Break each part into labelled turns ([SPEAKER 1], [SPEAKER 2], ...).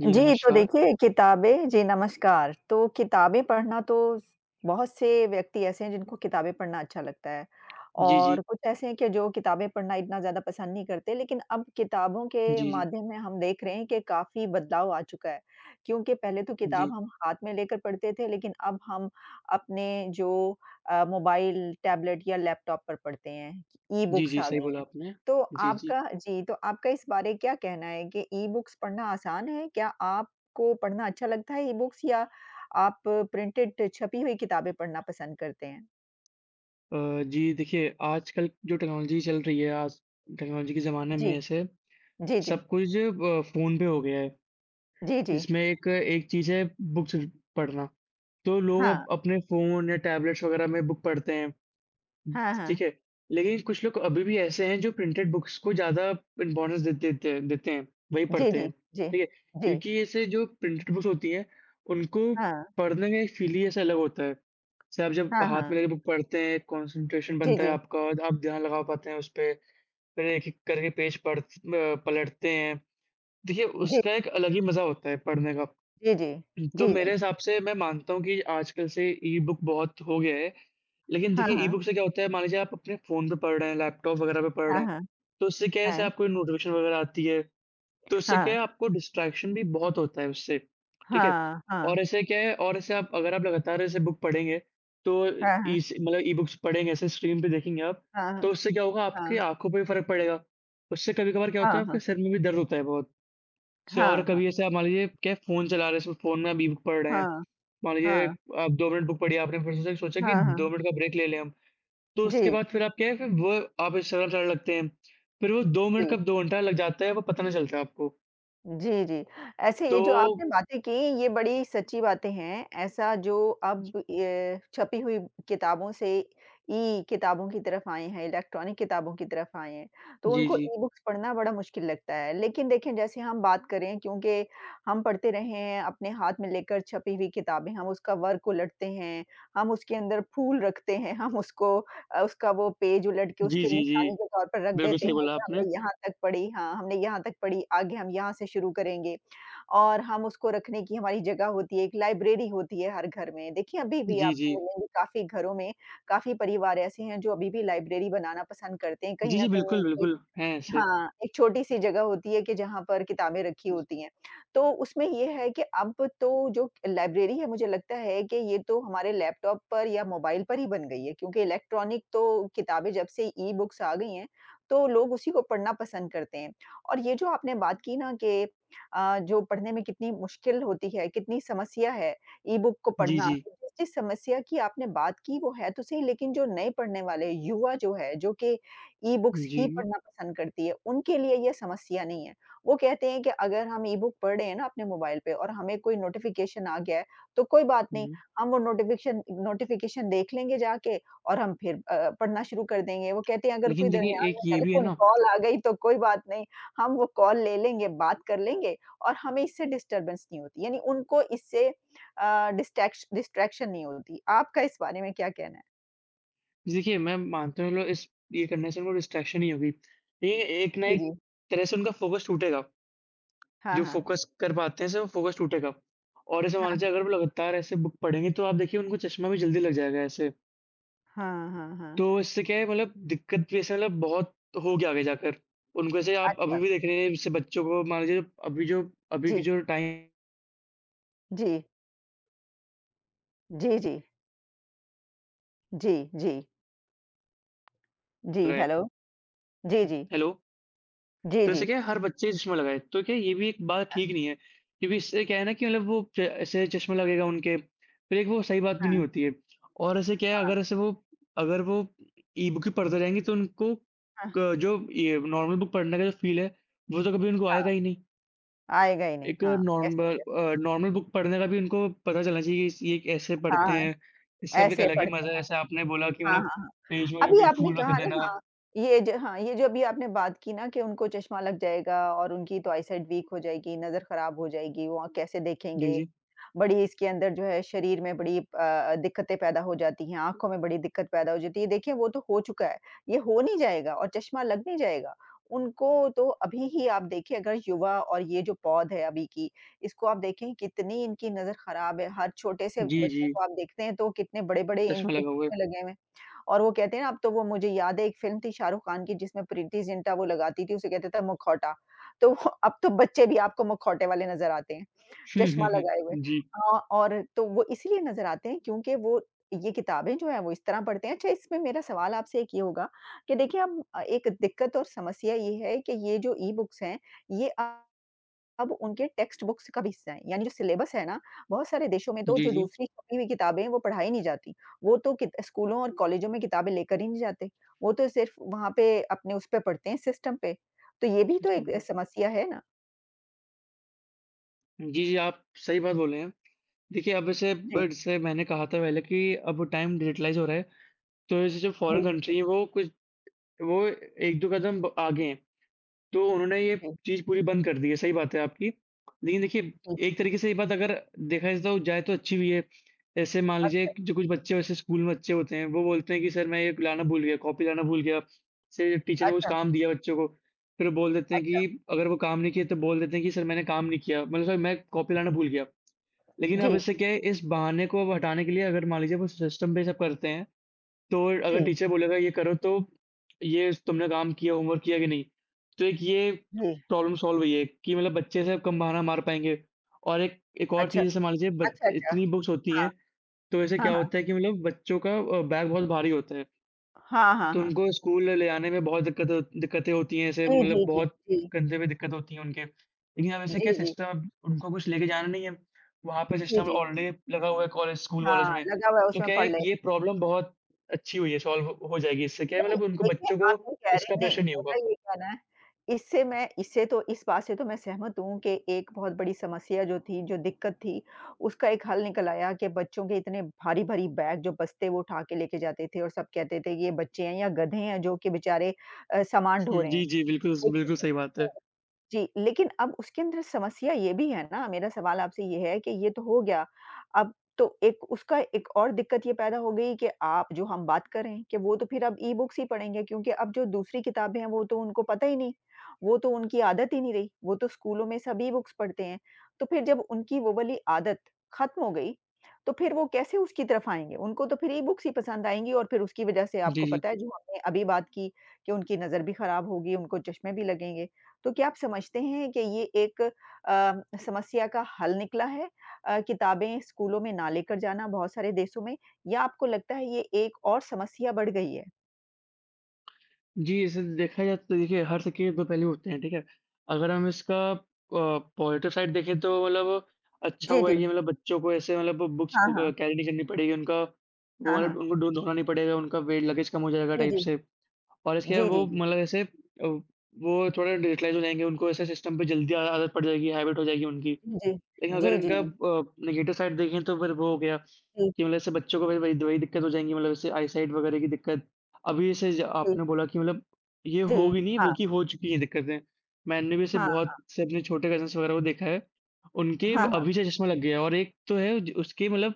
[SPEAKER 1] जी,
[SPEAKER 2] जी, तो
[SPEAKER 1] नमस्कार।
[SPEAKER 2] देखिए नमस्कार। तो किताबें पढ़ना तो स बहुत से व्यक्ति ऐसे हैं जिनको किताबें पढ़ना अच्छा लगता है
[SPEAKER 1] जी, जी।
[SPEAKER 2] और कुछ ऐसे हैं कि जो किताबें पढ़ना इतना ज़्यादा पसंद नहीं करते, लेकिन अब किताबों के
[SPEAKER 1] जी, जी।
[SPEAKER 2] माध्यम में हम देख रहे हैं कि काफ़ी बदलाव आ चुका है। क्योंकि पहले तो
[SPEAKER 1] जी।
[SPEAKER 2] किताब हम हाथ में लेकर पढ़ते थे, लेकिन अब हम अपने जो मोबाइल, टैबलेट या लैपटॉप पर पढ़ते हैं।
[SPEAKER 1] जी,
[SPEAKER 2] ई-बुक्स
[SPEAKER 1] जी,
[SPEAKER 2] आ
[SPEAKER 1] सही
[SPEAKER 2] गई
[SPEAKER 1] बोला
[SPEAKER 2] हैं।
[SPEAKER 1] आपने। जी, जी।
[SPEAKER 2] तो आपका इस बारे क्या कहना है कि ई-बुक्स पढ़ना आसान है? क्या आपको पढ़ना अच्छा लगता है ई-बुक्स या आप प्रिंटेड छपी हुई किताबें पढ़ना पसंद करते हैं?
[SPEAKER 1] जी देखिए, आजकल जो टेक्नोलॉजी चल रही है आज टेक्नोलॉजी के ज़माने में
[SPEAKER 2] जी,
[SPEAKER 1] ऐसे
[SPEAKER 2] जी, जी।
[SPEAKER 1] सब कुछ फ़ोन पे हो गया है।
[SPEAKER 2] जी, जी।
[SPEAKER 1] जिसमें एक एक चीज़ है बुक्स पढ़ना। तो लोग अब
[SPEAKER 2] हाँ।
[SPEAKER 1] अपने फ़ोन या टैबलेट्स वग़ैरह में बुक पढ़ते हैं।
[SPEAKER 2] हाँ,
[SPEAKER 1] ठीक
[SPEAKER 2] हाँ।
[SPEAKER 1] है, लेकिन कुछ लोग अभी भी ऐसे हैं जो प्रिंटेड बुक्स को ज़्यादा इम्पोर्टेंस दे देते हैं, वही
[SPEAKER 2] जी,
[SPEAKER 1] पढ़ते
[SPEAKER 2] जी,
[SPEAKER 1] हैं,
[SPEAKER 2] जी,
[SPEAKER 1] ठीक है?
[SPEAKER 2] जी।
[SPEAKER 1] क्योंकि ऐसे जो प्रिंटेड बुक्स होती हैं, उनको
[SPEAKER 2] हाँ।
[SPEAKER 1] पढ़ने का एक फ़ील ही ऐसा अलग होता है। जैसे आप जब
[SPEAKER 2] हाँ,
[SPEAKER 1] हाथ में
[SPEAKER 2] हाँ।
[SPEAKER 1] लेके बुक पढ़ते हैं, कॉन्सन्ट्रेशन
[SPEAKER 2] जी,
[SPEAKER 1] बनता है
[SPEAKER 2] जी।
[SPEAKER 1] आपका, और आप ध्यान लगा पाते हैं उसपे, फिर एक-एक करके पेज पलटते हैं। देखिए,
[SPEAKER 2] जी,
[SPEAKER 1] उसका एक अलग ही मज़ा होता है पढ़ने का।
[SPEAKER 2] जी, जी।
[SPEAKER 1] तो
[SPEAKER 2] जी,
[SPEAKER 1] मेरे
[SPEAKER 2] जी।
[SPEAKER 1] हिसाब से मैं मानता हूँ कि आजकल से ई-बुक बहुत हो गया है। लेकिन
[SPEAKER 2] हाँ,
[SPEAKER 1] देखिए
[SPEAKER 2] हाँ।
[SPEAKER 1] ई-बुक से क्या होता है मान लीजिए आप अपने फ़ोन पे पढ़ रहे हैं, लैपटॉप वगैरह पे पढ़
[SPEAKER 2] हाँ,
[SPEAKER 1] रहे हैं,
[SPEAKER 2] हाँ।
[SPEAKER 1] तो उससे क्या है जैसे
[SPEAKER 2] हाँ,
[SPEAKER 1] आपको नोटिफ़िकेशन वगैरह आती है, तो उससे क्या
[SPEAKER 2] हाँ।
[SPEAKER 1] है आपको डिस्ट्रैक्शन भी बहुत होता है उससे, ठीक है? और
[SPEAKER 2] हाँ,
[SPEAKER 1] ऐसे क्या है और ऐसे आप अगर आप लगातार ऐसे बुक पढ़ेंगे, तो
[SPEAKER 2] हाँ।
[SPEAKER 1] इस मतलब ई-बुक्स पढ़ेंगे ऐसे स्क्रीन पे देखेंगे आप,
[SPEAKER 2] हाँ,
[SPEAKER 1] तो
[SPEAKER 2] हाँ।
[SPEAKER 1] उससे क्या होगा आपकी
[SPEAKER 2] हाँ,
[SPEAKER 1] आँखों पे भी फ़र्क पड़ेगा। उससे कभी-कभार क्या
[SPEAKER 2] हाँ।
[SPEAKER 1] होता
[SPEAKER 2] हाँ,
[SPEAKER 1] है
[SPEAKER 2] हाँ।
[SPEAKER 1] आपके सिर में भी दर्द होता है बहुत। से और
[SPEAKER 2] हाँ, हाँ।
[SPEAKER 1] कभी ऐसे आप मान लीजिए क्या है फ़ोन चला रहे हैं, फ़ोन में आप ई-बुक पढ़ रहे हैं
[SPEAKER 2] हाँ,
[SPEAKER 1] मान लीजिए
[SPEAKER 2] हाँ।
[SPEAKER 1] आप 2 मिनट बुक पढ़ी आपने, फिर से सोचा कि
[SPEAKER 2] हाँ, हाँ।
[SPEAKER 1] 2 मिनट का ब्रेक ले लें हम। तो उसके
[SPEAKER 2] जी,
[SPEAKER 1] बाद फिर आप क्या है, फिर वो आप इंस्टाग्राम चलाने लगते हैं। फिर वो 2 मिनट
[SPEAKER 2] जी।
[SPEAKER 1] कब 2 घंटा लग जाता है, वो पता नहीं चलता आपको।
[SPEAKER 2] जी, जी। ऐसे ये
[SPEAKER 1] तो
[SPEAKER 2] जो आपने बातें की, ये बड़ी सच्ची बातें हैं। ऐसा जो अब ये छपी हुई किताबों से ई-किताबों की तरफ आए हैं, इलेक्ट्रॉनिक किताबों की तरफ आए हैं, तो
[SPEAKER 1] जी,
[SPEAKER 2] उनको
[SPEAKER 1] जी।
[SPEAKER 2] ई-बुक्स पढ़ना बड़ा मुश्किल लगता है। लेकिन देखिए, जैसे हम बात करें क्योंकि हम पढ़ते रहे हैं, अपने हाथ में लेकर छपी हुई किताबें, हम उसका वर्क उलटते हैं, हम उसके अंदर फूल रखते हैं, हम उसको उसका वो पेज उलट के
[SPEAKER 1] जी,
[SPEAKER 2] उसकी
[SPEAKER 1] जी, जी।
[SPEAKER 2] निशानी के तौर पर रख
[SPEAKER 1] बिल्कुल
[SPEAKER 2] देते
[SPEAKER 1] सही
[SPEAKER 2] हैं
[SPEAKER 1] बोला
[SPEAKER 2] कि
[SPEAKER 1] आपने।
[SPEAKER 2] हमने यहाँ तक पढ़ी हाँ, हमने यहाँ तक पढ़ी, आगे हम यहाँ से शुरू करेंगे। और हम उसको रखने की हमारी जगह होती है, एक लाइब्रेरी होती है हर घर में। देखिए अभी भी
[SPEAKER 1] जी, जी।
[SPEAKER 2] आपको मिलेंगे काफ़ी घरों में, काफ़ी परिवार ऐसे हैं जो अभी भी लाइब्रेरी बनाना पसंद करते हैं। कहीं
[SPEAKER 1] जी,
[SPEAKER 2] न
[SPEAKER 1] जी,
[SPEAKER 2] कहीं
[SPEAKER 1] बिल्कुल,
[SPEAKER 2] उनकी
[SPEAKER 1] बिल्कुल, हैं ऐसे।
[SPEAKER 2] हाँ, एक छोटी-सी जगह होती है कि जहाँ पर किताबें रखी होती हैं। तो उसमें ये है कि अब तो जो लाइब्रेरी है मुझे लगता है कि ये तो हमारे लैपटॉप पर या मोबाइल पर ही बन गई है क्योंकि इलेक्ट्रॉनिक तो किताबें जब से ई-बुक्स आ गई हैं, तो लोग उसी को पढ़ना पसंद करते हैं। और ये जो आपने बात की ना कि जो पढ़ने में कितनी मुश्किल होती है, कितनी समस्या है ई-बुक को
[SPEAKER 1] जी,
[SPEAKER 2] पढ़ना।
[SPEAKER 1] जी।
[SPEAKER 2] तो जिस-जिस समस्या की आपने बात की वो है तो सही लेकिन जो नए पढ़ने वाले युवा जो है, जो कि ई-बुक्स ही
[SPEAKER 1] जी।
[SPEAKER 2] पढ़ना पसंद करती है, उनके लिए ये समस्या नहीं है। वो कहते हैं कि अगर हम ई-बुक पढ़ रहे हैं ना अपने मोबाइल पे और हमें कोई नोटिफ़िकेशन आ गया है, तो कोई बात नहीं,
[SPEAKER 1] हुँ।
[SPEAKER 2] हम वो नोटिफ़िकेशन नोटिफ़िकेशन देख लेंगे जाके और हम फिर पढ़ना शुरू कर देंगे। वो कहते हैं अगर कोई
[SPEAKER 1] लेकिन देखिए
[SPEAKER 2] दरमियान
[SPEAKER 1] एक
[SPEAKER 2] में
[SPEAKER 1] ये भी है
[SPEAKER 2] टेलीफ़ोन
[SPEAKER 1] ना,
[SPEAKER 2] कॉल आ गई तो कोई बात नहीं, हम वो कॉल ले लेंगे, बात कर लेंगे और हमें इससे डिस्टर्बेंस नहीं होती। यानी उनको इससे डिस्ट्रैक्शन नहीं होती। आपका इस बारे में क्या कहना है?
[SPEAKER 1] देखिए मैं मानता हूँ लो इस ये करने से उनको डिस्ट्रैक्शन ही होगी। ये एक ना
[SPEAKER 2] जी,
[SPEAKER 1] एक
[SPEAKER 2] जी।
[SPEAKER 1] तरह से उनका फ़ोकस टूटेगा।
[SPEAKER 2] हाँ,
[SPEAKER 1] जो
[SPEAKER 2] हाँ।
[SPEAKER 1] फ़ोकस कर पाते हैं ऐसे वो फ़ोकस टूटेगा। और ऐसे मान लीजिए
[SPEAKER 2] हाँ।
[SPEAKER 1] अगर वो लगातार ऐसे बुक पढ़ेंगे तो आप देखिए उनको चश्मा भी जल्दी लग जाएगा ऐसे।
[SPEAKER 2] हाँ, हाँ, हाँ।
[SPEAKER 1] तो इससे क्या है मतलब दिक्कत भी ऐसे मतलब बहुत होगी आगे जाकर। उनको ऐसे आप
[SPEAKER 2] अच्छा,
[SPEAKER 1] अभी भी देख रहे हैं जैसे बच्चों को मान लीजिए अभी जो अभी की
[SPEAKER 2] जी,
[SPEAKER 1] जो टाइम
[SPEAKER 2] जी, जी, जी, जी, जी, जी,
[SPEAKER 1] है
[SPEAKER 2] हेलो। जी, जी,
[SPEAKER 1] हेलो?
[SPEAKER 2] जी,
[SPEAKER 1] तो ऐसे
[SPEAKER 2] जी।
[SPEAKER 1] क्या है हर बच्चे चश्मा लगाए, तो क्या है, ये भी एक बात
[SPEAKER 2] अ,
[SPEAKER 1] ठीक नहीं है, क्योंकि इससे क्या है ना कि मतलब वो च ऐसे चश्मा लगेगा उनके, फिर एक वो सही बात भी नहीं
[SPEAKER 2] हाँ,
[SPEAKER 1] होती है। और ऐसे क्या है
[SPEAKER 2] हाँ,
[SPEAKER 1] अगर ऐसे वो अगर वो ई-बुक ही पढ़ते रहेंगे तो उनको
[SPEAKER 2] हाँ,
[SPEAKER 1] क जो ये नॉर्मल बुक पढ़ने का जो फ़ील है, वो तो कभी उनको
[SPEAKER 2] हाँ,
[SPEAKER 1] आएगा ही नहीं।
[SPEAKER 2] आएगा ही नहीं।
[SPEAKER 1] एक
[SPEAKER 2] हाँ, ऐसे
[SPEAKER 1] नॉर्मल
[SPEAKER 2] ही ऐसे
[SPEAKER 1] नॉर्मल बुक पढ़ने का भी उनको पता चलना चाहिए कि इस ये कैसे
[SPEAKER 2] हाँ,
[SPEAKER 1] पढ़ते
[SPEAKER 2] हाँ,
[SPEAKER 1] हैं, इसका भी एक
[SPEAKER 2] ऐसे
[SPEAKER 1] अलग ही
[SPEAKER 2] पढ़ते
[SPEAKER 1] मज़ा
[SPEAKER 2] हैं।
[SPEAKER 1] है। जैसे आपने बोला कि
[SPEAKER 2] हाँ,
[SPEAKER 1] मतलब
[SPEAKER 2] हाँ, हाँ।
[SPEAKER 1] पेज में
[SPEAKER 2] अभी
[SPEAKER 1] भी
[SPEAKER 2] आपने
[SPEAKER 1] फूल रख
[SPEAKER 2] कहा ना
[SPEAKER 1] देना।
[SPEAKER 2] हाँ, ये जो अभी आपने बात की ना कि उनको चश्मा लग जाएगा और उनकी तो आईसाइट वीक हो जाएगी, नज़र खराब हो जाएगी, वो कैसे
[SPEAKER 1] जी,
[SPEAKER 2] देखेंगे?
[SPEAKER 1] जी।
[SPEAKER 2] बड़ी इसके अंदर जो है शरीर में बड़ी दिक्कतें पैदा हो जाती हैं, आँखों में बड़ी दिक्कत पैदा हो जाती है। देखिए वो तो हो चुका है, ये हो नहीं जाएगा और चश्मा लग नहीं जाएगा। उनको तो अभी ही आप देखिए अगर युवा और ये जो पौध है अभी की, इसको आप देखें कितनी इनकी नज़र ख़राब है। हर छोटे से
[SPEAKER 1] जी, जी,
[SPEAKER 2] बच्चों को आप देखते हैं तो कितने बड़े-बड़े
[SPEAKER 1] चश्मा
[SPEAKER 2] इनके
[SPEAKER 1] लगा हुआ है।
[SPEAKER 2] चश्मे लगे हुए हैं और वो कहते हैं ना अब तो वो मुझे याद है एक फ़िल्म थी शाहरुख खान की जिसमें प्रीति जिंटा वो लगाती थी, उसे कहते थे मुखौटा। तो वो- अब तो बच्चे भी आपको मुखौटे वाले नज़र आते हैं।
[SPEAKER 1] हुँ,
[SPEAKER 2] चश्मा
[SPEAKER 1] हुँ,
[SPEAKER 2] लगाए हुए।
[SPEAKER 1] हुँ। जी।
[SPEAKER 2] हाँ, और तो वो इसलिए नज़र आते हैं क्योंकि वो ये किताबें जो हैं वो इस तरह पढ़ते हैं। अच्छा इसमें मेरा सवाल आपसे एक ये होगा कि देखिए अब एक दिक्कत और समस्या ये है कि ये जो ई-बुक्स हैं, ये अ- अब उनके टेक्स्ट बुक्स का भी हिस्सा हैं। यानी जो सिलेबस है ना, बहुत सारे देशों में तो
[SPEAKER 1] जी,
[SPEAKER 2] जो
[SPEAKER 1] जी।
[SPEAKER 2] दूसरी छपी हुई किताबें हैं वो पढ़ाई नहीं जाती। वो तो कित स्कूलों और कॉलेजों में किताबें लेकर ही नहीं जाते। वो तो सिर्फ़ वहाँ पे अपने उस पे पढ़ते हैं सिस्टम पे। तो ये भी तो एक
[SPEAKER 1] सिस्टम पे
[SPEAKER 2] समस्या है ना?
[SPEAKER 1] जी, जी, आप सही बात बोले हैं। देखिए, अब जैसे
[SPEAKER 2] जी,
[SPEAKER 1] ब जैसे मैंने कहा था पहले कि अब टाइम डिजिटलाइज़ हो रहा है, तो जैसे जो फ़ॉरेन
[SPEAKER 2] जी,
[SPEAKER 1] कंट्री है, वो कुछ वो 1-2 कदम ब आगे हैं। तो उन्होंने ये
[SPEAKER 2] जी,
[SPEAKER 1] चीज़ पूरी बंद कर दी है, सही बात है आपकी। लेकिन देखिए,
[SPEAKER 2] जी।
[SPEAKER 1] एक तरीके से ये बात अगर देखा जाए तो अच्छी भी है। ऐसे मान लीजिए
[SPEAKER 2] अच्छा,
[SPEAKER 1] कि जो कुछ बच्चे वैसे स्कूल में बच्चे होते हैं, वो बोलते हैं कि सर मैं ये लाना भूल गया, कॉपी लाना भूल गया। से टीचर ने कुछ
[SPEAKER 2] अच्छा,
[SPEAKER 1] काम दिया बच्चों को, फिर वो बोल देते हैं
[SPEAKER 2] अच्छा।
[SPEAKER 1] कि अगर वो काम नहीं किए तो बोल देते हैं कि सर मैंने काम नहीं किया, मतलब सर मैं कॉपी लाना भूल गया। लेकिन अब
[SPEAKER 2] जी,
[SPEAKER 1] इससे क्या है, इस बहाने को अब हटाने के लिए अगर मान लीजिए वो सिस्टम पे ये सब करते हैं तो अगर
[SPEAKER 2] जी,
[SPEAKER 1] टीचर बोलेगा ये करो तो ये तुमने काम किया, होमवर्क किया कि नहीं? तो एक ये
[SPEAKER 2] जी।
[SPEAKER 1] प्रॉब्लम सॉल्व हुई है कि मतलब बच्चे से कम बहाना मार पाएँगे। और एक एक और
[SPEAKER 2] अच्छा,
[SPEAKER 1] चीज़ जैसे मान लीजिए बच
[SPEAKER 2] अच्छा, अच्छा।
[SPEAKER 1] इतनी बुक्स होती
[SPEAKER 2] हाँ,
[SPEAKER 1] हैं, तो ऐसे
[SPEAKER 2] हाँ,
[SPEAKER 1] क्या
[SPEAKER 2] हाँ।
[SPEAKER 1] होता है कि मतलब बच्चों का बैग बहुत भारी होता है।
[SPEAKER 2] हाँ, हाँ,
[SPEAKER 1] तो
[SPEAKER 2] हाँ।
[SPEAKER 1] उनको स्कूल ले आने में बहुत दिक्कतें होती हैं, ऐसे
[SPEAKER 2] जी,
[SPEAKER 1] मतलब
[SPEAKER 2] जी, जी,
[SPEAKER 1] बहुत
[SPEAKER 2] जी।
[SPEAKER 1] कंधे पे दिक्कत होती है उनके। लेकिन अब ऐसे क्या
[SPEAKER 2] जी, जी,
[SPEAKER 1] सिस्टम अब उनको कुछ लेके जाना नहीं है, वहाँ पे
[SPEAKER 2] जी,
[SPEAKER 1] सिस्टम
[SPEAKER 2] जी।
[SPEAKER 1] ऑलरेडी लगा हुआ है कॉलेज स्कूल कॉलेज
[SPEAKER 2] हाँ,
[SPEAKER 1] में।
[SPEAKER 2] लगा हुआ है
[SPEAKER 1] तो
[SPEAKER 2] उसमें
[SPEAKER 1] क्या है
[SPEAKER 2] पढ़ ले।
[SPEAKER 1] कि ये प्रॉब्लम बहुत अच्छी हुई है, सॉल्व हो जाएगी इससे क्या है
[SPEAKER 2] नहीं,
[SPEAKER 1] मतलब उनको
[SPEAKER 2] देखिए
[SPEAKER 1] बच्चों को
[SPEAKER 2] आप ये कह रहे
[SPEAKER 1] इसका प्रेशर
[SPEAKER 2] नहीं,
[SPEAKER 1] नहीं
[SPEAKER 2] मेरा
[SPEAKER 1] होगा।
[SPEAKER 2] ये कहना है इससे तो इस बात से तो मैं सहमत हूँ कि एक बहुत बड़ी समस्या जो थी, जो दिक्कत थी, उसका एक हल निकल आया कि बच्चों के इतने भारी-भारी बैग जो बस्ते वो उठा के लेके जाते थे और सब कहते थे कि ये बच्चे हैं या गधे हैं जो कि बेचारे सामान
[SPEAKER 1] हुँ,
[SPEAKER 2] ढो रहे
[SPEAKER 1] जी,
[SPEAKER 2] हैं।
[SPEAKER 1] जी, बिल्कुल, बिल्कुल सही बात है।
[SPEAKER 2] जी, लेकिन अब उसके अंदर समस्या ये भी है ना, मेरा सवाल आपसे ये है कि ये तो हो गया, अब तो एक और दिक्कत ये पैदा हो गई कि आप जो हम बात कर रहे हैं कि वो तो फिर अब ई-बुक्स ही पढ़ेंगे क्योंकि अब जो दूसरी किताबें हैं वो तो उनको पता ही नहीं, वो तो उनकी आदत ही नहीं रही, वो तो स्कूलों में सब ई-बुक्स पढ़ते हैं। तो फिर जब उनकी वो वाली आदत खत्म हो गई, तो फिर वो कैसे उसकी तरफ आएँगे? उनको तो फिर ई-बुक्स ही पसंद आएँगी और फिर उसकी वजह से
[SPEAKER 1] जी,
[SPEAKER 2] आपको
[SPEAKER 1] जी।
[SPEAKER 2] पता है जो हमने अभी बात की कि उनकी नज़र भी खराब होगी, उनको चश्मे भी लगेंगे। तो क्या आप समझते हैं कि ये एक समस्या का हल निकला है किताबें स्कूलों में ना लेकर जाना बहुत सारे देशों में या आपको लगता है ये एक और समस्या बढ़ गई है?
[SPEAKER 1] जी, इसे देखा जाए तो देखिए हर सिक्के के 2 पहलू होते हैं, ठीक है? अगर हम इसका पॉज़िटिव साइड देखें तो मतलब अच्छा
[SPEAKER 2] जी,
[SPEAKER 1] हुआ है
[SPEAKER 2] जी।
[SPEAKER 1] कि मतलब बच्चों को ऐसे मतलब बुक्स
[SPEAKER 2] हाँ,
[SPEAKER 1] को
[SPEAKER 2] हाँ।
[SPEAKER 1] कैरी नहीं करनी पड़ेगी, उनका वो
[SPEAKER 2] हाँ,
[SPEAKER 1] मतलब
[SPEAKER 2] हाँ।
[SPEAKER 1] उनको ढो ढोना नहीं पड़ेगा, उनका वेट लगेज कम हो जाएगा
[SPEAKER 2] जी,
[SPEAKER 1] टाइप
[SPEAKER 2] जी।
[SPEAKER 1] से और इसके
[SPEAKER 2] जी,
[SPEAKER 1] अलावा
[SPEAKER 2] जी,
[SPEAKER 1] वो
[SPEAKER 2] जी।
[SPEAKER 1] मतलब ऐसे वो थोड़ा डिजिटलाइज़ हो जाएँगे, उनको ऐसे सिस्टम पे जल्दी आ आदत पड़ जाएगी, हैबिट हो जाएगी उनकी।
[SPEAKER 2] जी,
[SPEAKER 1] लेकिन अगर
[SPEAKER 2] जी, जी,
[SPEAKER 1] इनका
[SPEAKER 2] जी,
[SPEAKER 1] नेगेटिव साइड देखें तो फिर वो हो गया
[SPEAKER 2] जी,
[SPEAKER 1] कि मतलब ऐसे बच्चों को वही वही वही दिक्कत हो जाएँगी मतलब ऐसे आईसाइट वगैरह की दिक्कत। अभी जैसे ज
[SPEAKER 2] जी,
[SPEAKER 1] आपने बोला कि मतलब ये
[SPEAKER 2] जी।
[SPEAKER 1] हो भी नहीं
[SPEAKER 2] हाँ,
[SPEAKER 1] बल्कि हो चुकी है दिक्कतें। मैंने भी ऐसे बहुत से अपने छोटे कज़न्स वगैरह को देखा है, उनके
[SPEAKER 2] हाँ, हाँ,
[SPEAKER 1] अभी से चश्मा लग गया है और एक तो है ज उसके मतलब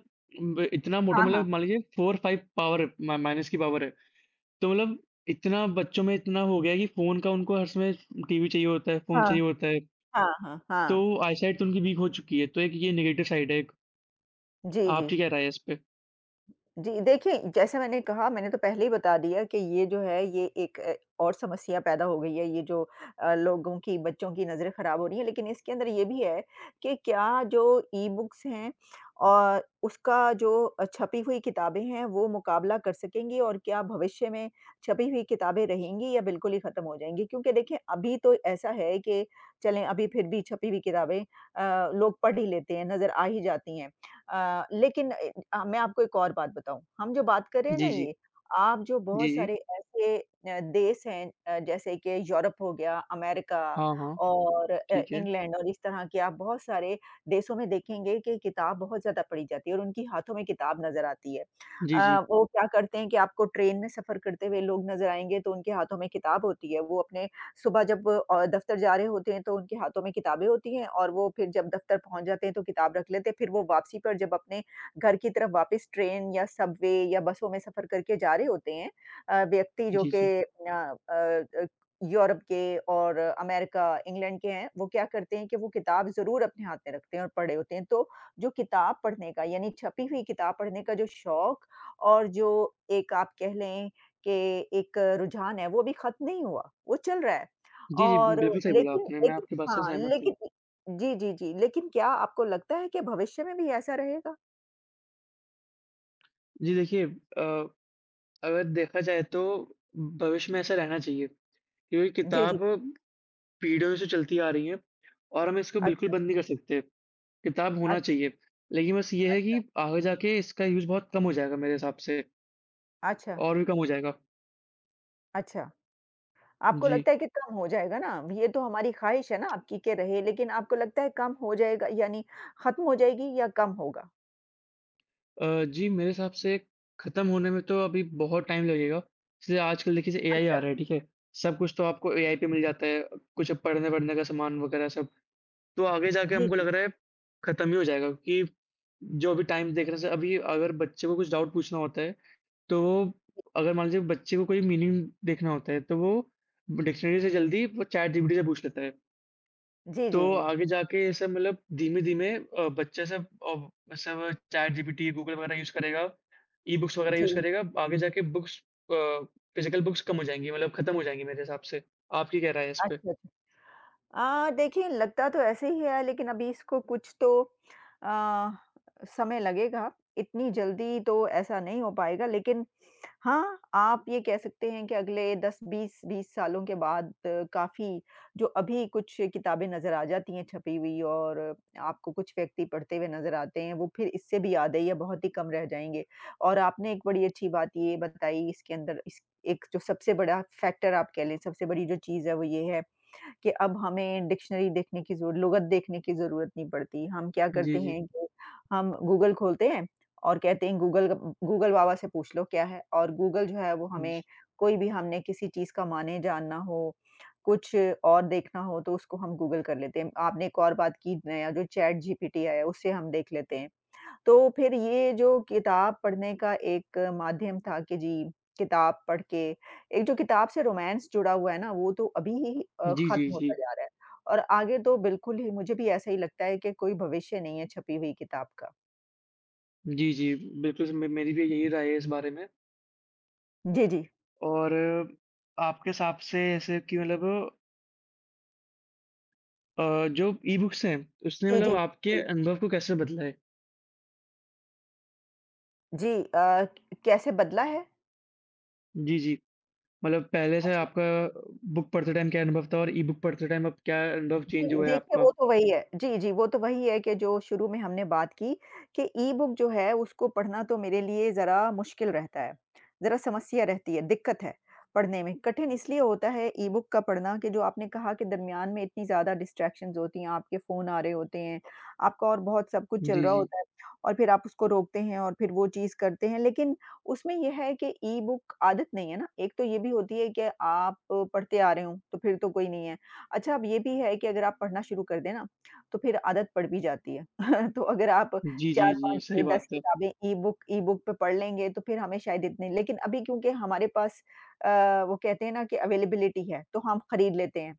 [SPEAKER 1] ब इतना
[SPEAKER 2] हाँ,
[SPEAKER 1] मोटा
[SPEAKER 2] हाँ, हाँ,
[SPEAKER 1] मतलब मान लीजिए 4-5 पावर है मा माइनस की पावर है। तो मतलब इतना बच्चों में इतना हो गया है कि फ़ोन का उनको हर समय टीवी चाहिए होता है, फ़ोन
[SPEAKER 2] हाँ,
[SPEAKER 1] चाहिए होता है,
[SPEAKER 2] हाँ, हाँ,
[SPEAKER 1] तो
[SPEAKER 2] हाँ।
[SPEAKER 1] आईसाइट तो उनकी वीक हो चुकी है। तो एक ये नेगेटिव साइड है एक।
[SPEAKER 2] जी, जी।
[SPEAKER 1] आपकी क्या राय है इस पे?
[SPEAKER 2] जी, देखिए जैसे मैंने कहा मैंने तो पहले ही बता दिया कि ये जो है ये एक और समस्या पैदा हो गई है, ये जो लोगों की बच्चों की नज़रें ख़राब हो रही हैं। लेकिन इसके अंदर ये भी है कि क्या जो ई-बुक्स हैं और उसका जो छपी हुई किताबें हैं वो मुकाबला कर सकेंगी और क्या भविष्य में छपी हुई किताबें रहेंगी या बिल्कुल ही ख़त्म हो जाएँगी? क्योंकि देखिए अभी तो ऐसा है कि चलें अभी फिर भी छपी हुई किताबें लोग पढ़ ही लेते हैं, नज़र आ ही जाती हैं। लेकिन मैं आपको एक और बात बताऊँ, हम जो बात कर रहे हैं ना
[SPEAKER 1] जी, जी।
[SPEAKER 2] ये, आप जो
[SPEAKER 1] जी,
[SPEAKER 2] बहुत
[SPEAKER 1] जी।
[SPEAKER 2] सारे ऐसे देश हैं जैसे कि यूरोप हो गया, अमेरिका
[SPEAKER 1] हाँ, हाँ,
[SPEAKER 2] और
[SPEAKER 1] ठीक है।
[SPEAKER 2] इंग्लैंड और इस तरह के आप बहुत सारे देशों में देखेंगे कि किताब बहुत ज़्यादा पढ़ी जाती है और उनकी हाथों में किताब नज़र आती है।
[SPEAKER 1] जी, जी।
[SPEAKER 2] वो क्या करते हैं कि आपको ट्रेन में सफ़र करते हुए लोग नज़र आएँगे तो उनके हाथों में किताब होती है। वो अपने सुबह जब दफ़्तर जा रहे होते हैं तो उनके हाथों में किताबें होती हैं और वो फिर जब दफ़्तर पहुँच जाते हैं तो किताब रख लेते हैं। फिर वो वापसी पर जब अपने घर की तरफ वापस ट्रेन या सबवे या बसों में सफ़र करके जा रहे होते हैं व्यक्ति जो
[SPEAKER 1] जी,
[SPEAKER 2] कि
[SPEAKER 1] जी।
[SPEAKER 2] अ अ, यूरोप के और अमेरिका, इंग्लैंड के हैं, वो क्या करते हैं कि वो किताब ज़रूर अपने हाथ में रखते हैं और पढ़े होते हैं। तो जो किताब पढ़ने का यानी छपी हुई किताब पढ़ने का जो शौक और जो एक आप कह लें कि एक रुझान है, वो अभी ख़त्म नहीं हुआ, वो चल रहा है।
[SPEAKER 1] जी, जी,
[SPEAKER 2] और
[SPEAKER 1] बिल्कुल सही बोला
[SPEAKER 2] लेकिन
[SPEAKER 1] आपने, मैं
[SPEAKER 2] लेकिन
[SPEAKER 1] आपकी बात से
[SPEAKER 2] हाँ,
[SPEAKER 1] सहमत हूँ।
[SPEAKER 2] लेकिन जी, जी, जी। लेकिन क्या आपको लगता है कि भविष्य में भी ऐसा रहेगा?
[SPEAKER 1] जी, देखिए अगर देखा जाए तो भविष्य में ऐसा रहना चाहिए क्योंकि
[SPEAKER 2] जी, जी।
[SPEAKER 1] किताब पीढ़ियों से चलती आ रही है और हम इसको बिल्कुल
[SPEAKER 2] अच्छा,
[SPEAKER 1] बंद नहीं कर सकते। किताब होना
[SPEAKER 2] अच्छा,
[SPEAKER 1] चाहिए, लेकिन बस ये है
[SPEAKER 2] अच्छा,
[SPEAKER 1] कि आगे जाके इसका यूज़ बहुत कम हो जाएगा मेरे हिसाब से
[SPEAKER 2] अच्छा,
[SPEAKER 1] और भी कम हो जाएगा।
[SPEAKER 2] अच्छा। आपको
[SPEAKER 1] जी।
[SPEAKER 2] लगता है कि कम हो जाएगा ना? ये तो हमारी ख़्वाहिश है ना आपकी के रहे, लेकिन आपको लगता है कम हो जाएगा यानी ख़त्म हो जाएगी या कम होगा?
[SPEAKER 1] जी, मेरे हिसाब से खत्म होने में तो अभी बहुत टाइम लगेगा। जैसे आजकल देखिए जैसे एआई आ
[SPEAKER 2] अच्छा।
[SPEAKER 1] रहा है, ठीक है? सब कुछ तो आपको एआई पे मिल जाता है, कुछ पढ़ने-वढ़ने का सामान वगैरह सब। तो आगे जाके
[SPEAKER 2] जी,
[SPEAKER 1] हमको
[SPEAKER 2] जी।
[SPEAKER 1] लग रहा है खत्म ही हो जाएगा क्योंकि जो अभी टाइम देख रहे हैं अभी अगर बच्चे को कुछ डाउट पूछना होता है, तो वो अगर मान लीजिए बच्चे को कोई मीनिंग देखना होता है, तो वो डिक्शनरी से जल्दी वो चैट जीपीटी से पूछ लेता है।
[SPEAKER 2] जी,
[SPEAKER 1] तो
[SPEAKER 2] जी, जी।
[SPEAKER 1] आगे जाके ऐसे मतलब धीमे-धीमे बच्चे सब अब सब चैट जीपीटी, गूगल वगैरह यूज़ करेगा, ई-बुक्स वगैरह यूज़
[SPEAKER 2] जी।
[SPEAKER 1] करेगा, आगे जाके बुक्स अ, फिजिकल बुक्स कम हो जाएँगी, मतलब खत्म हो जाएँगी मेरे हिसाब से। आपकी क्या राय है इस पे?
[SPEAKER 2] अच्छा, अच्छा। देखिए लगता तो ऐसे ही है लेकिन अभी इसको कुछ तो अ, समय लगेगा। इतनी जल्दी तो ऐसा नहीं हो पाएगा लेकिन हाँ, आप ये कह सकते हैं कि अगले 10-20 20 सालों के बाद काफ़ी जो अभी कुछ किताबें नज़र आ जाती हैं छपी हुई और आपको कुछ व्यक्ति पढ़ते हुए नज़र आते हैं, वो फिर इससे भी यादें या बहुत ही कम रह जाएँगे। और आपने एक बड़ी अच्छी बात ये बताई इसके अंदर इस एक जो सबसे बड़ा फैक्टर आप कह लें, सबसे बड़ी जो चीज़ है वो ये है कि अब हमें डिक्शनरी देखने की ज़रू लुग़त देखने की ज़रूरत नहीं पड़ती। हम क्या
[SPEAKER 1] जी,
[SPEAKER 2] करते
[SPEAKER 1] जी।
[SPEAKER 2] हैं कि हम गूगल खोलते हैं और कहते हैं गूगल गूगल बाबा से पूछ लो क्या है और गूगल जो है वो हमें
[SPEAKER 1] जी,
[SPEAKER 2] कोई भी हमने किसी चीज़ का माने जानना हो, कुछ और देखना हो तो उसको हम गूगल कर लेते हैं। आपने एक और बात की नया जो चैट जीपीटी आया है उससे हम देख लेते हैं। तो फिर ये जो किताब पढ़ने का एक माध्यम था कि जी, किताब पढ़ के एक जो किताब से रोमांस जुड़ा हुआ है ना, वो तो अभी ही
[SPEAKER 1] जी,
[SPEAKER 2] खत्म होता
[SPEAKER 1] जी।
[SPEAKER 2] जा रहा है और आगे तो बिल्कुल ही मुझे भी ऐसा ही लगता है कि कोई भविष्य नहीं है छपी हुई किताब का।
[SPEAKER 1] जी, जी, जी। बिल्कुल मे मेरी भी यही राय है इस बारे में
[SPEAKER 2] जी, जी।
[SPEAKER 1] और आपके हिसाब से ऐसे कि मतलब जो ई-बुक्स हैं, उसने
[SPEAKER 2] जी, जी।
[SPEAKER 1] मतलब आपके
[SPEAKER 2] जी,
[SPEAKER 1] अनुभव को कैसे बदला है?
[SPEAKER 2] जी कैसे बदला है?
[SPEAKER 1] जी, जी। मतलब पहले से
[SPEAKER 2] अच्छा।
[SPEAKER 1] आपका बुक पढ़ते टाइम क्या अनुभव था और ई-बुक पढ़ते टाइम अब क्या अनुभव
[SPEAKER 2] जी,
[SPEAKER 1] चेंज हुआ है
[SPEAKER 2] देखिए
[SPEAKER 1] आपका?
[SPEAKER 2] वो तो वही है। जी, जी, वो तो वही है कि जो शुरू में हमने बात की कि ई-बुक जो है उसको पढ़ना तो मेरे लिए ज़रा मुश्किल रहता है, ज़रा समस्या रहती है, दिक्कत है पढ़ने में। कठिन इसलिए होता है ई-बुक का पढ़ना कि जो आपने कहा कि दरमियान में इतनी ज़्यादा डिस्ट्रैक्शंस होती हैं, आपके फ़ोन आ रहे होते हैं, आपका और बहुत सब कुछ चल
[SPEAKER 1] जी,
[SPEAKER 2] रहा
[SPEAKER 1] जी।
[SPEAKER 2] होता है और फिर आप उसको रोकते हैं और फिर वो चीज़ करते हैं। लेकिन उसमें ये है कि ई-बुक आदत नहीं है ना, एक तो ये भी होती है कि आप पढ़ते आ रहे हो, तो फिर तो कोई नहीं है। अच्छा, अब ये भी है कि अगर आप पढ़ना शुरू कर दें ना, तो फिर आदत पड़ भी जाती है। तो अगर आप
[SPEAKER 1] जी, जी,
[SPEAKER 2] 4,
[SPEAKER 1] जी,
[SPEAKER 2] 5,
[SPEAKER 1] सही
[SPEAKER 2] 6, 10
[SPEAKER 1] बात है।
[SPEAKER 2] किताबें ई-बुक पे पढ़ लेंगे, तो फिर हमें शायद इतने लेकिन अभी क्योंकि हमारे पास अ, वो कहते हैं ना कि अवेलेबिलिटी है, तो हम खरीद लेते हैं।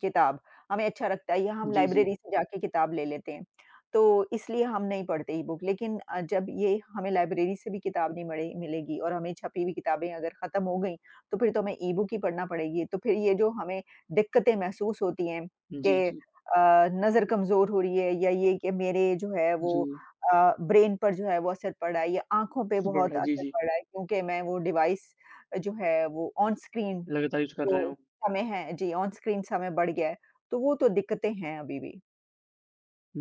[SPEAKER 2] किताब, हमें अच्छा लगता है या हम
[SPEAKER 1] जी, जी।
[SPEAKER 2] लाइब्रेरी से जाके किताब ले लेते हैं, तो इसलिए हम नहीं पढ़ते ई-बुक लेकिन जब ये हमें लाइब्रेरी से भी किताब नहीं मड़े मिलेगी और हमें छपी हुई किताबें अगर ख़त्म हो गई, तो फिर तो हमें ई-बुक ही पढ़ना पड़ेगी, तो फिर ये जो हमें दिक्कतें महसूस होती हैं
[SPEAKER 1] जी,
[SPEAKER 2] कि
[SPEAKER 1] जी।
[SPEAKER 2] नज़र कमज़ोर हो रही है या ये कि मेरे जो है वो
[SPEAKER 1] जी,
[SPEAKER 2] ब्रेन पर जो है वो असर पड़ रहा है या आँखों पे
[SPEAKER 1] सबसे
[SPEAKER 2] बहुत
[SPEAKER 1] बड़ा जी,
[SPEAKER 2] असर
[SPEAKER 1] जी।
[SPEAKER 2] पड़ रहा है क्योंकि मैं वो डिवाइस जो है वो ऑन स्क्रीन
[SPEAKER 1] लगातार यूज़ कर
[SPEAKER 2] जो
[SPEAKER 1] रहे हो।
[SPEAKER 2] समय है जी, ऑन स्क्रीन समय बढ़ गया है, तो वो तो दिक्कतें हैं अभी भी।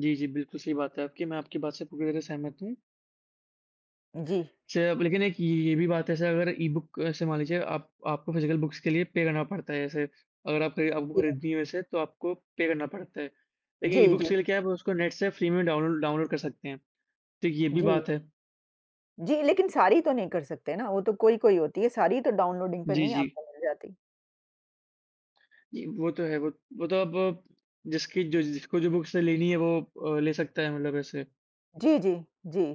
[SPEAKER 1] जी, जी, बिल्कुल सही बात है आपकी। मैं आपकी बात से पूरी तरह सहमत हूँ।
[SPEAKER 2] जी,
[SPEAKER 1] से अब लेकिन एक ये भी बात है जैसे अगर ई-बुक से मान लीजिए आप आपको फिजिकल बुक्स के लिए पे करना पड़ता है जैसे अगर आप आपको
[SPEAKER 2] जी,
[SPEAKER 1] खरीदनी है वैसे तो आपको पे करना पड़ता है। लेकिन
[SPEAKER 2] जी, जी,
[SPEAKER 1] ई-बुक्स के लिए क्या है आप उसको नेट से फ्री में डाउनलोड डाउनलोड कर सकते हैं। तो ये भी
[SPEAKER 2] जी,
[SPEAKER 1] बात है।
[SPEAKER 2] जी, लेकिन सारी तो नहीं कर सकते ना, वो तो कोई-कोई होती है, सारी तो डाउनलोडिंग पे
[SPEAKER 1] जी,
[SPEAKER 2] नहीं
[SPEAKER 1] जी।
[SPEAKER 2] आपको मिल जाती।
[SPEAKER 1] जी, वो तो है, वो तो अब जिसकी जो जिसको जो बुक्स लेनी है वो ले सकता है मतलब ऐसे।
[SPEAKER 2] जी, जी, जी,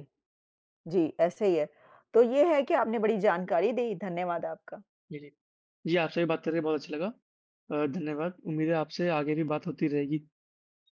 [SPEAKER 2] जी, ऐसे ही है। तो ये है कि आपने बड़ी जानकारी दी, धन्यवाद आपका।
[SPEAKER 1] जी, जी। जी, आपसे भी बात करके बहुत अच्छा लगा। धन्यवाद। उम्मीद है आपसे आगे भी बात होती रहेगी।